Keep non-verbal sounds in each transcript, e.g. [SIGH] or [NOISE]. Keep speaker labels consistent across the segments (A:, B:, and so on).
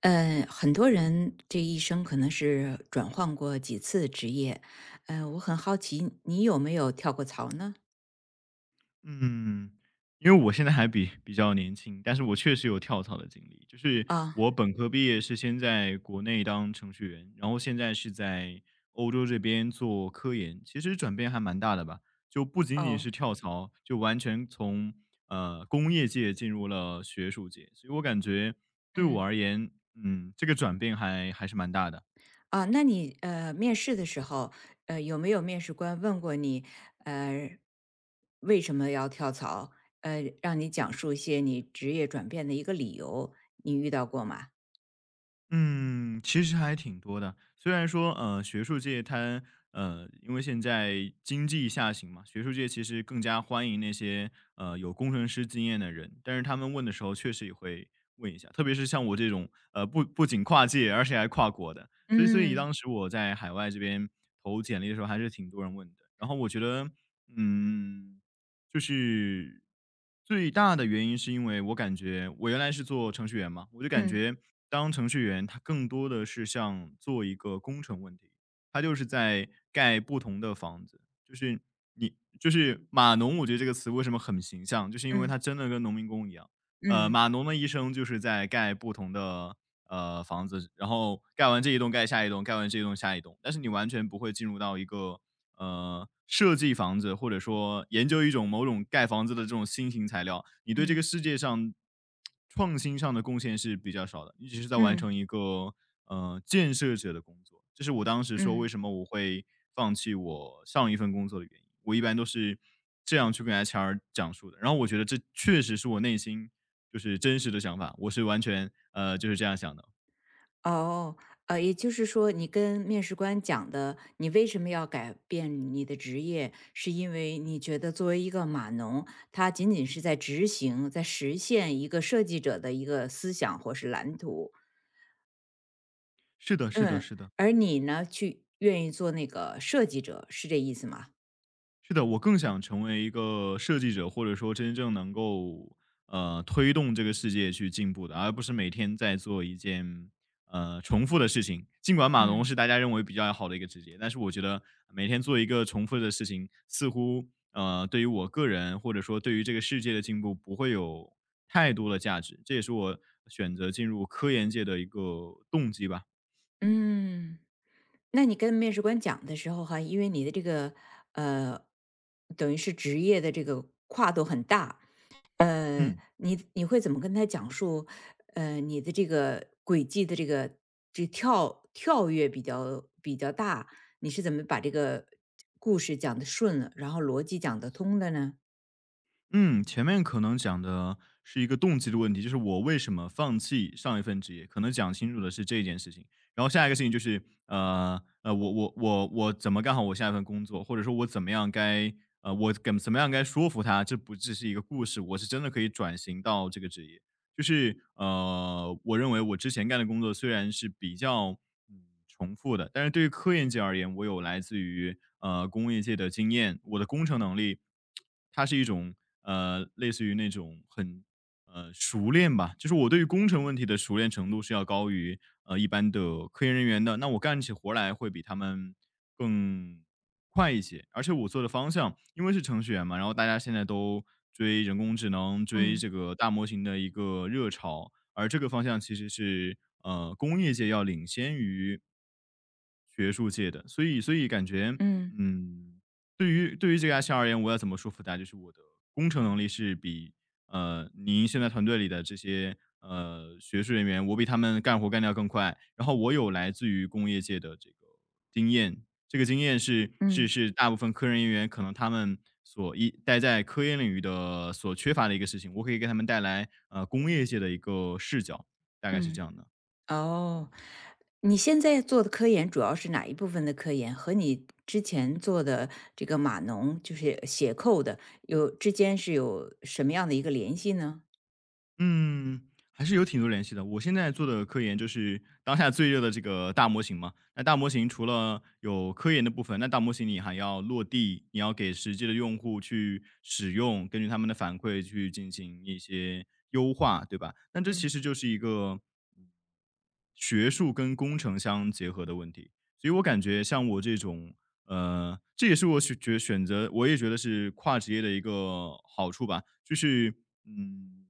A: 很多人这一生可能是转换过几次职业，我很好奇你有没有跳过槽呢？
B: 嗯，因为我现在还比较年轻，但是我确实有跳槽的经历。就是
A: 啊。
B: 我本科毕业是先在国内当程序员，然后现在是在欧洲这边做科研，其实转变还蛮大的吧。就不仅仅
A: 哦。
B: 是跳槽，就完全从工业界进入了学术界，所以我感觉对我
A: 嗯。
B: 而言，嗯，这个转变还是蛮大的。
A: 啊。那你面试的时候，有没有面试官问过你，呃，为什么要跳槽？让你讲述一些你职业转变的一个理由，你遇到过吗？
B: 嗯，其实还挺多的。虽然说，学术界它，因为现在经济下行嘛，学术界其实更加欢迎那些有工程师经验的人，但是他们问的时候确实也会问一下，特别是像我这种，不仅跨界，而且还跨国的，所以
A: 嗯
B: 当时我在海外这边投简历的时候，还是挺多人问的。然后我觉得，嗯，就是最大的原因是因为我感觉我原来是做程序员嘛，我就感
A: 嗯
B: 觉当程序员，它更多的是像做一个工程问题，它就是在盖不同的房子，就是你就是码农，我觉得这个词为什么很形象，就是因为
A: 嗯
B: 它真的跟农民工一样。呃，码
A: 嗯
B: 农的一生就是在盖不同的房子，然后盖完这一栋盖下一栋，盖完这一栋下一栋，但是你完全不会进入到一个，设计房子或者说研究一种某种盖房子的这种新型材料，你对这个
A: 嗯
B: 世界上创新上的贡献是比较少的，你只是在完
A: 嗯
B: 成
A: 嗯
B: 一个，建设者的工作。这是我当时说为
A: 嗯。
B: 什么我会放弃我上一份工作的原因，我一般都是这样去跟 HR 讲述的，然后我觉得这确实是我内心就是真实的想法，我是完全就是这样想的。
A: 哦，也就是说，你跟面试官讲的，你为什么要改变你的职业，是因为你觉得作为一个码农，他仅仅是在执行、在实现一个设计者的一个思想或是蓝图，
B: 是的，是的，
A: 嗯，
B: 是的。
A: 而你呢，去愿意做那个设计者，是这意思吗？
B: 是的，我更想成为一个设计者，或者说真正能够推动这个世界去进步的，而不是每天在做一件重复的事情。尽管码农
A: 嗯。
B: 是大家认为比较好的一个职业，但是我觉得每天做一个重复的事情，似乎对于我个人或者说对于这个世界的进步不会有太多的价值。这也是我选择进入科研界的一个动机吧。
A: 嗯。那你跟面试官讲的时候哈，因为你的这个呃，等于是职业的这个跨度很大，
B: 嗯。
A: 你会怎么跟他讲述？你的这个轨迹的这个这跳跃比较大，你是怎么把这个故事讲的顺了，然后逻辑讲得通的呢？
B: 嗯，前面可能讲的是一个动机的问题，就是我为什么放弃上一份职业，可能讲清楚的是这件事情。然后下一个事情就是，我怎么干好我下一份工作，或者说我怎么样该我怎么样该说服他，这不只是一个故事，我是真的可以转型到这个职业。就是呃，我认为我之前干的工作虽然是比较嗯重复的，但是对于科研界而言，我有来自于工业界的经验，我的工程能力它是一种类似于那种很熟练吧，就是我对于工程问题的熟练程度是要高于一般的科研人员的，那我干起活来会比他们更快一些，而且我做的方向，因为是程序员嘛，然后大家现在都追人工智能，追这
A: 嗯
B: 个大模型的一个热潮，而这个方向其实是工业界要领先于学术界的，所以感觉
A: 嗯
B: 嗯，对于这个阿 r 而言，我要怎么说服大家，就是我的工程能力是比您现在团队里的这些学术人员，我比他们干活干得要更快，然后我有来自于工业界的这个经验，这个经验是是
A: 嗯
B: 是大部分科研人员可能他们所一待在科研领域的所缺乏的一个事情，我可以给他们带来工业界的一个视角，大概是
A: 嗯。
B: 这样的。
A: 哦，你现在做的科研主要是哪一部分的科研？和你之前做的这个码农，就是写扣的，有之间是有什么样的一个联系呢？
B: 嗯，还是有挺多联系的。我现在做的科研就是当下最热的这个大模型嘛。那大模型除了有科研的部分，那大模型你还要落地，你要给实际的用户去使用，根据他们的反馈去进行一些优化，对吧？那这其
A: 嗯
B: 实就是一个学术跟工程相结合的问题。所以我感觉像我这种，这也是我选择，我也觉得是跨职业的一个好处吧，就是嗯，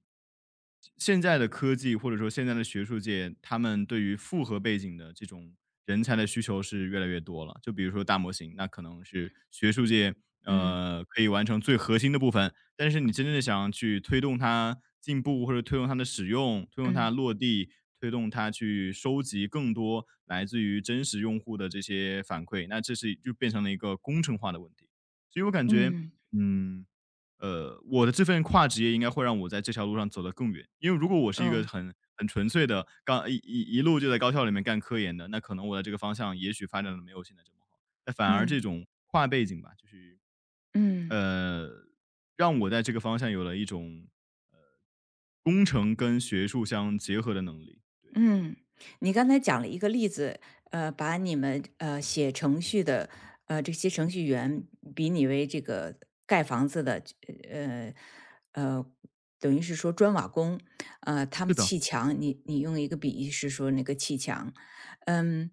B: 现在的科技或者说现在的学术界，他们对于复合背景的这种人才的需求是越来越多了。就比如说大模型，那可能是学术界
A: 嗯
B: 可以完成最核心的部分，但是你真正的想要去推动它进步，或者推动它的使用，推动它
A: 嗯
B: 落地，推动它去收集更多来自于真实用户的这些反馈，那这是就变成了一个工程化的问题。所以我感觉，
A: 嗯。
B: 嗯，我的这份跨职业应该会让我在这条路上走得更远。因为如果我是一个
A: 哦。
B: 很纯粹的，刚一路就在高校里面干科研的，那可能我的这个方向也许发展的没有现在这么好。那反而这
A: 嗯
B: 种跨背景吧，就是
A: 嗯。
B: 呃，让我在这个方向有了一种工程跟学术相结合的能力。对，
A: 嗯，你刚才讲了一个例子，把你们写程序的这些程序员比拟为这个盖房子的呃呃，等于是说砖瓦工，他
B: 是
A: 们
B: 的。
A: 砌墙，你用一个比喻是说那个砌墙。嗯，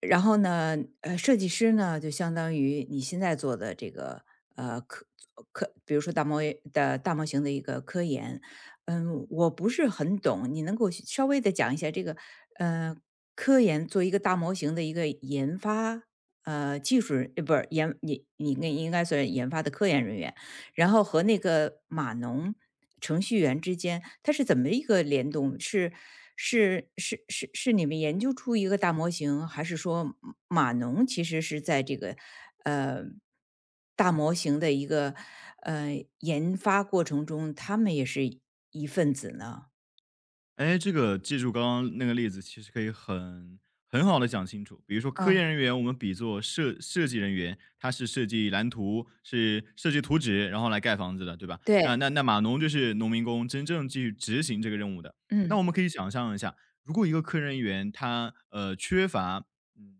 A: 然后呢，设计师呢就相当于你现在做的这个呃科科，比如说大模型的一个科研。嗯，我不是很懂，你能够稍微的讲一下这个，呃，科研做一个大模型的一个研发。技术人呃不是你应该算研发的科研人员，然后和那个码农程序员之间，它是怎么一个联动？是是你们研究出一个大模型，还是说码农其实是在这个呃大模型的一个研发过程中，他们也是一份子呢？
B: 哎，这个记住刚刚那个例子，其实可以很好的讲清楚。比如说科研
A: 嗯。
B: 人员，我们比作设计人员，他是设计蓝图，是设计图纸，然后来盖房子的，对吧？那
A: 对。
B: 那那码农就是农民工，真正去执行这个任务的。那
A: 嗯
B: 我们可以想象一下，如果一个科研人员他，缺乏嗯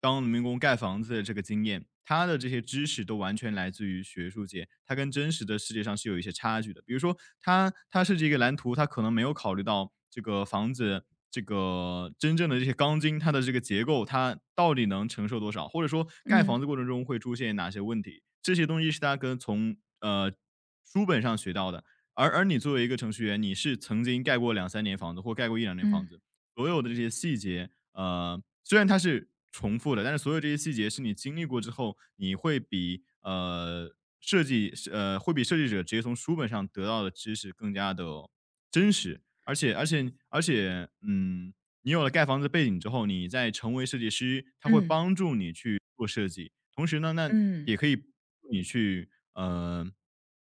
B: 当农民工盖房子的这个经验，他的这些知识都完全来自于学术界，他跟真实的世界上是有一些差距的。比如说他设计一个蓝图，他可能没有考虑到这个房子这个真正的这些钢筋，它的这个结构，它到底能承受多少，或者说盖
A: 嗯
B: 房子过程中会出现哪些问题，这些东西是他跟从书本上学到的。而你作为一个程序员，你是曾经盖过两三年房子，或盖过一两年房
A: 嗯
B: 子，所有的这些细节，虽然它是重复的，但是所有这些细节是你经历过之后，你会比呃设计是呃会比设计者直接从书本上得到的知识更加的真实，而且，嗯，你有了盖房子背景之后，你再成为设计师，他会
A: 嗯
B: 帮助你去做设计。同时呢，那
A: 嗯嗯
B: 也可以帮助你去呃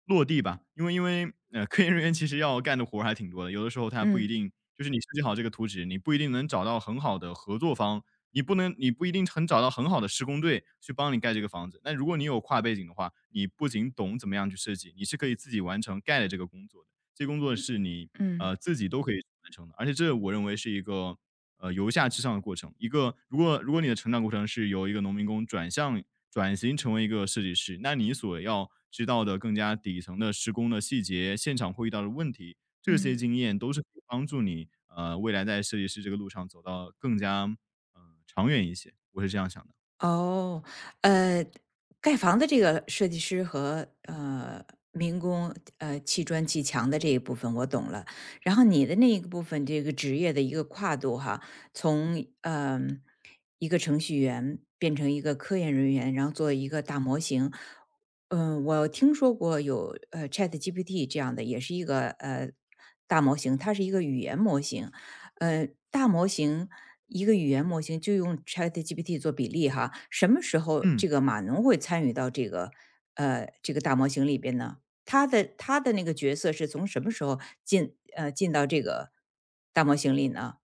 B: 落地吧，因为科研人员其实要干的活儿还挺多的，有的时候他不一
A: 嗯
B: 定就是你设计好这个图纸，你不一定能找到很好的合作方，你不一定很找到很好的施工队去帮你盖这个房子。那如果你有跨背景的话，你不仅懂怎么样去设计，你是可以自己完成盖的这个工作的。这工作是你
A: 嗯
B: 自己都可以完成的，而且这我认为是一个由下至上的过程。一个如果你的成长过程是由一个农民工转型成为一个设计师，那你所要知道的更加底层的施工的细节、现场会遇到的问题，这些
A: 嗯。
B: 经验都是可以帮助你未来在设计师这个路上走到更加呃长远一些。我是这样想的，
A: 哦，呃，盖房的这个设计师和民工，砌砖砌墙的这一部分我懂了。然后你的那一个部分，这个职业的一个跨度哈，从一个程序员变成一个科研人员，然后做一个大模型。嗯，我听说过有ChatGPT 这样的，也是一个大模型，它是一个语言模型。大模型一个语言模型就用 ChatGPT 做比例哈，什么时候
B: 嗯。
A: 这个码农会参与到这个大模型里边呢？他的那个角色是从什么时候进到这个大模型里呢？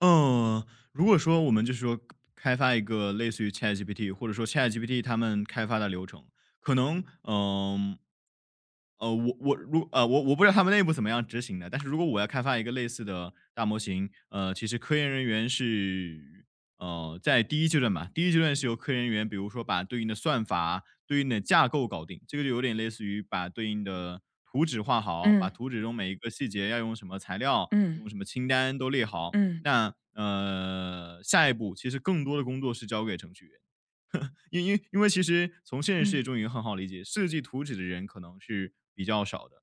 B: 嗯，如果说我们开发一个类似于 ChatGPT，或者说 ChatGPT 他们开发的流程，可能我不知道他们内部怎么样执行的，但是如果我要开发一个类似的大模型，其实科研人员是在第一阶段吧，第一阶段是由科研人员，比如说把对应的算法、对应的架构搞定，这个就有点类似于把对应的图纸画好，把
A: 嗯
B: 图纸中每一个细节要用什么材料、用
A: 嗯
B: 什么清单都列好。
A: 嗯
B: 那下一步其实更多的工作是交给程序员。因为其实从现实世界中已经很好理解，设计图纸的人可能是比较少的。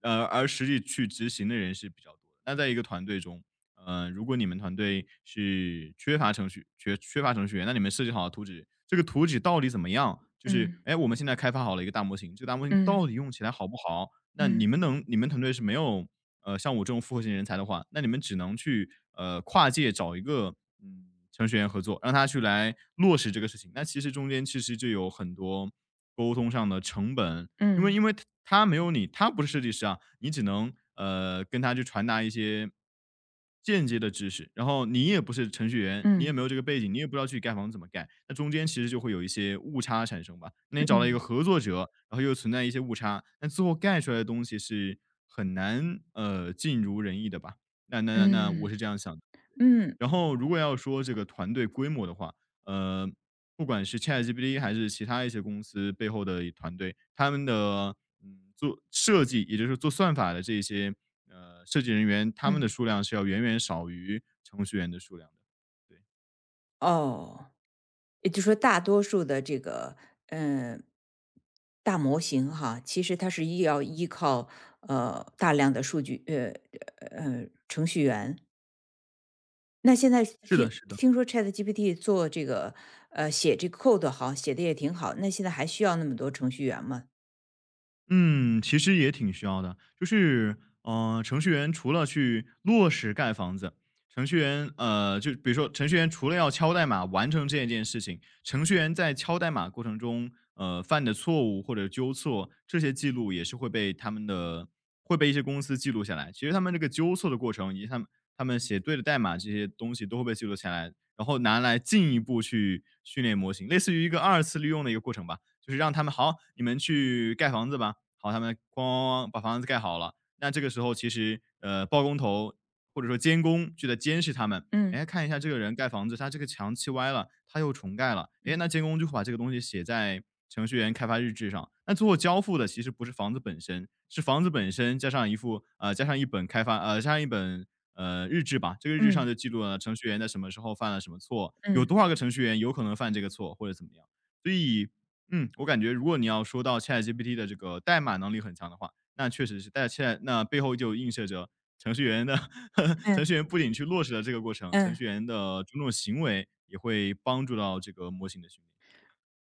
B: 而实际去执行的人是比较多的。那在一个团队中，如果你们团队是缺乏程序员，那你们设计好的图纸，这个图纸到底怎么样？就是，哎，我们现在开发好了一个大模型，这个大模型到
A: 嗯
B: 底用起来好不好？那你们团队是没有，像我这种复合型人才的话，那你们只能去，跨界找一个，程序员合作，让他来落实这个事情。那其实中间就有很多沟通上的成本，因为他没有你，他不是设计师啊，你只能跟他去传达一些间接的知识，然后你也不是程序员，你也没
A: 嗯
B: 有这个背景，你也不知道去盖房子怎么盖，那中间其实就会有一些误差产生吧。那你找到一个合作者，然后又存在一些误差，那最后盖出来的东西是很难尽如人意的吧？那我
A: 嗯
B: 是这样想的。
A: 嗯嗯。
B: 然后如果要说这个团队规模的话，呃，不管是 ChatGPT 还是其他一些公司背后的团队，他们的做设计，也就是做算法的这些设计人员，他们的
A: 嗯。
B: 数量是要远远少于程序员的数量的。对，
A: 哦，也就是说大多数的这个，嗯，大模型哈，其实它是要依靠大量的数据、程序员。那现在
B: 是
A: 听
B: 的，是的。
A: 听说 ChatGPT 做这个，写这个 code 好，写的也挺好，那现在还需要那么多程序员吗？
B: 嗯，其实也挺需要的。就是，程序员除了去落实盖房子，程序员，就比如说程序员除了要敲代码完成这一件事情，程序员在敲代码过程中，犯的错误或者纠错，这些记录也是会被他们的会被一些公司记录下来。其实他们这个纠错的过程以及他们写对的代码这些东西都会被记录下来，然后拿来进一步去训练模型，类似于一个二次利用的一个过程吧。就是让他们好，你们去盖房子吧。好，他们咣咣咣把房子盖好了。那这个时候其实包工头或者说监工就在监视他们。
A: 嗯
B: 哎，看一下这个人盖房子，他这个墙砌歪了，他又重盖了。哎，
A: 嗯
B: 那监工就会把这个东西写在程序员开发日志上。那最后交付的其实不是房子本身，是房子本身加上一本日志吧。这个日志上就
A: 嗯
B: 记录了程序员在什么时候犯了什么错，有
A: 嗯
B: 多少个程序员有可能犯这个错或者怎么样。所以嗯，我感觉如果你要说到 ChatGPT 的这个代码能力很强的话，那确实是，但现在那背后就映射着程序员的 [LAUGHS]
A: 嗯
B: 程
A: 嗯
B: 序员不仅去落实了这个过程，程
A: 嗯。
B: 序员的种种行为也会帮助到这个模型的训练。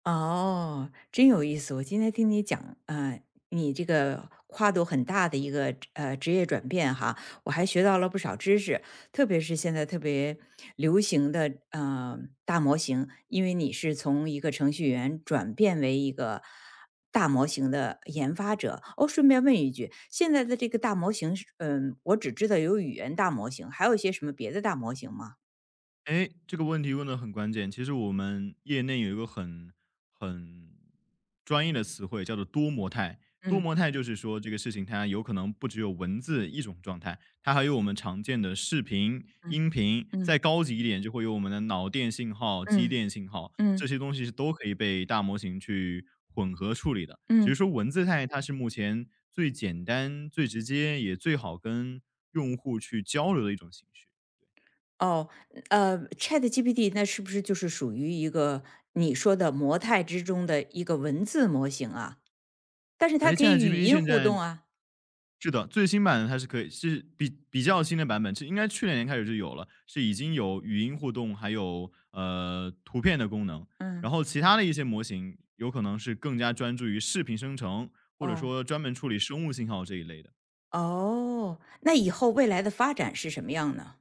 A: 哦，真有意思！我今天听你讲，你这个跨度很大的一个职业转变哈，我还学到了不少知识，特别是现在特别流行的大模型，因为你是从一个程序员转变为一个大模型的研发者。哦，顺便问一句，现在的这个大模型是我只知道有语言大模型，还有一些什么别的大模型吗？
B: 哎，这个问题问的很关键。其实我们业内有一个很专业的词汇，叫做多模态。多
A: 嗯
B: 模态就是说，这个事情它有可能不只有文字一种状态，它还有我们常见的视频、
A: 嗯
B: 音频，再
A: 嗯
B: 高级一点就会有我们的脑电信号、肌
A: 嗯
B: 电信号，这
A: 嗯
B: 些东西是都可以被大模型去混合处理的。只是
A: 嗯。
B: 说文字态它是目前最简单、最直接，也最好跟用户去交流的一种形式。
A: 哦，ChatGPT 那是不是就是属于一个你说的模态之中的一个文字模型啊？但是它
B: 而
A: 可以语
B: ChatGPT
A: 音
B: 现
A: 互
B: 在
A: 动啊。
B: 是的，最新版的它是可以是比较新的版本，是应该去年开始就有了，是已经有语音互动，还有图片的功能。然
A: 嗯。
B: 后其他的一些模型有可能是更加专注于视频生成，或者
A: 哦。
B: 说专门处理生物信号这一类的。对，
A: 哦，那以后未来的发展是什么样呢？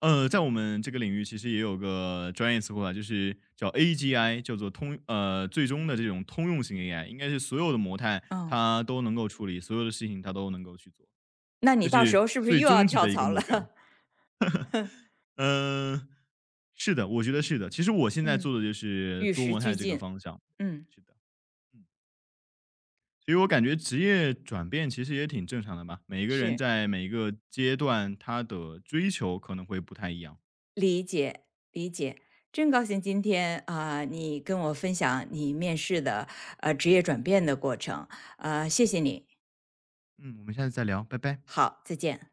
B: 在我们这个领域其实也有个专业词汇啊，就是叫 AGI，叫做最终的这种通用型 AI，应该是所有的模态
A: 嗯，
B: 它都能够处理，所有的事情它都能够去做，
A: 那
B: 这
A: 你到时
B: 是
A: 候是不是
B: 最
A: 又要
B: 终极
A: 跳
B: 的一个
A: 槽
B: 目标。
A: 了？[LAUGHS]
B: 嗯，是的，我觉得是的。其实我现在
A: 嗯，
B: 做的就是
A: 与
B: 多
A: 时
B: 模态
A: 俱
B: 这个
A: 进。
B: 方向，
A: 嗯。
B: 是的，嗯，所以我感觉职业转变其实也挺正常的吧。每个人
A: 是，
B: 在每一个阶段，他的追求可能会不太一样。
A: 理解理解。真高兴今天啊、你跟我分享你面试的职业转变的过程。谢谢你。
B: 嗯，我们下次再聊，拜拜。
A: 好，再见。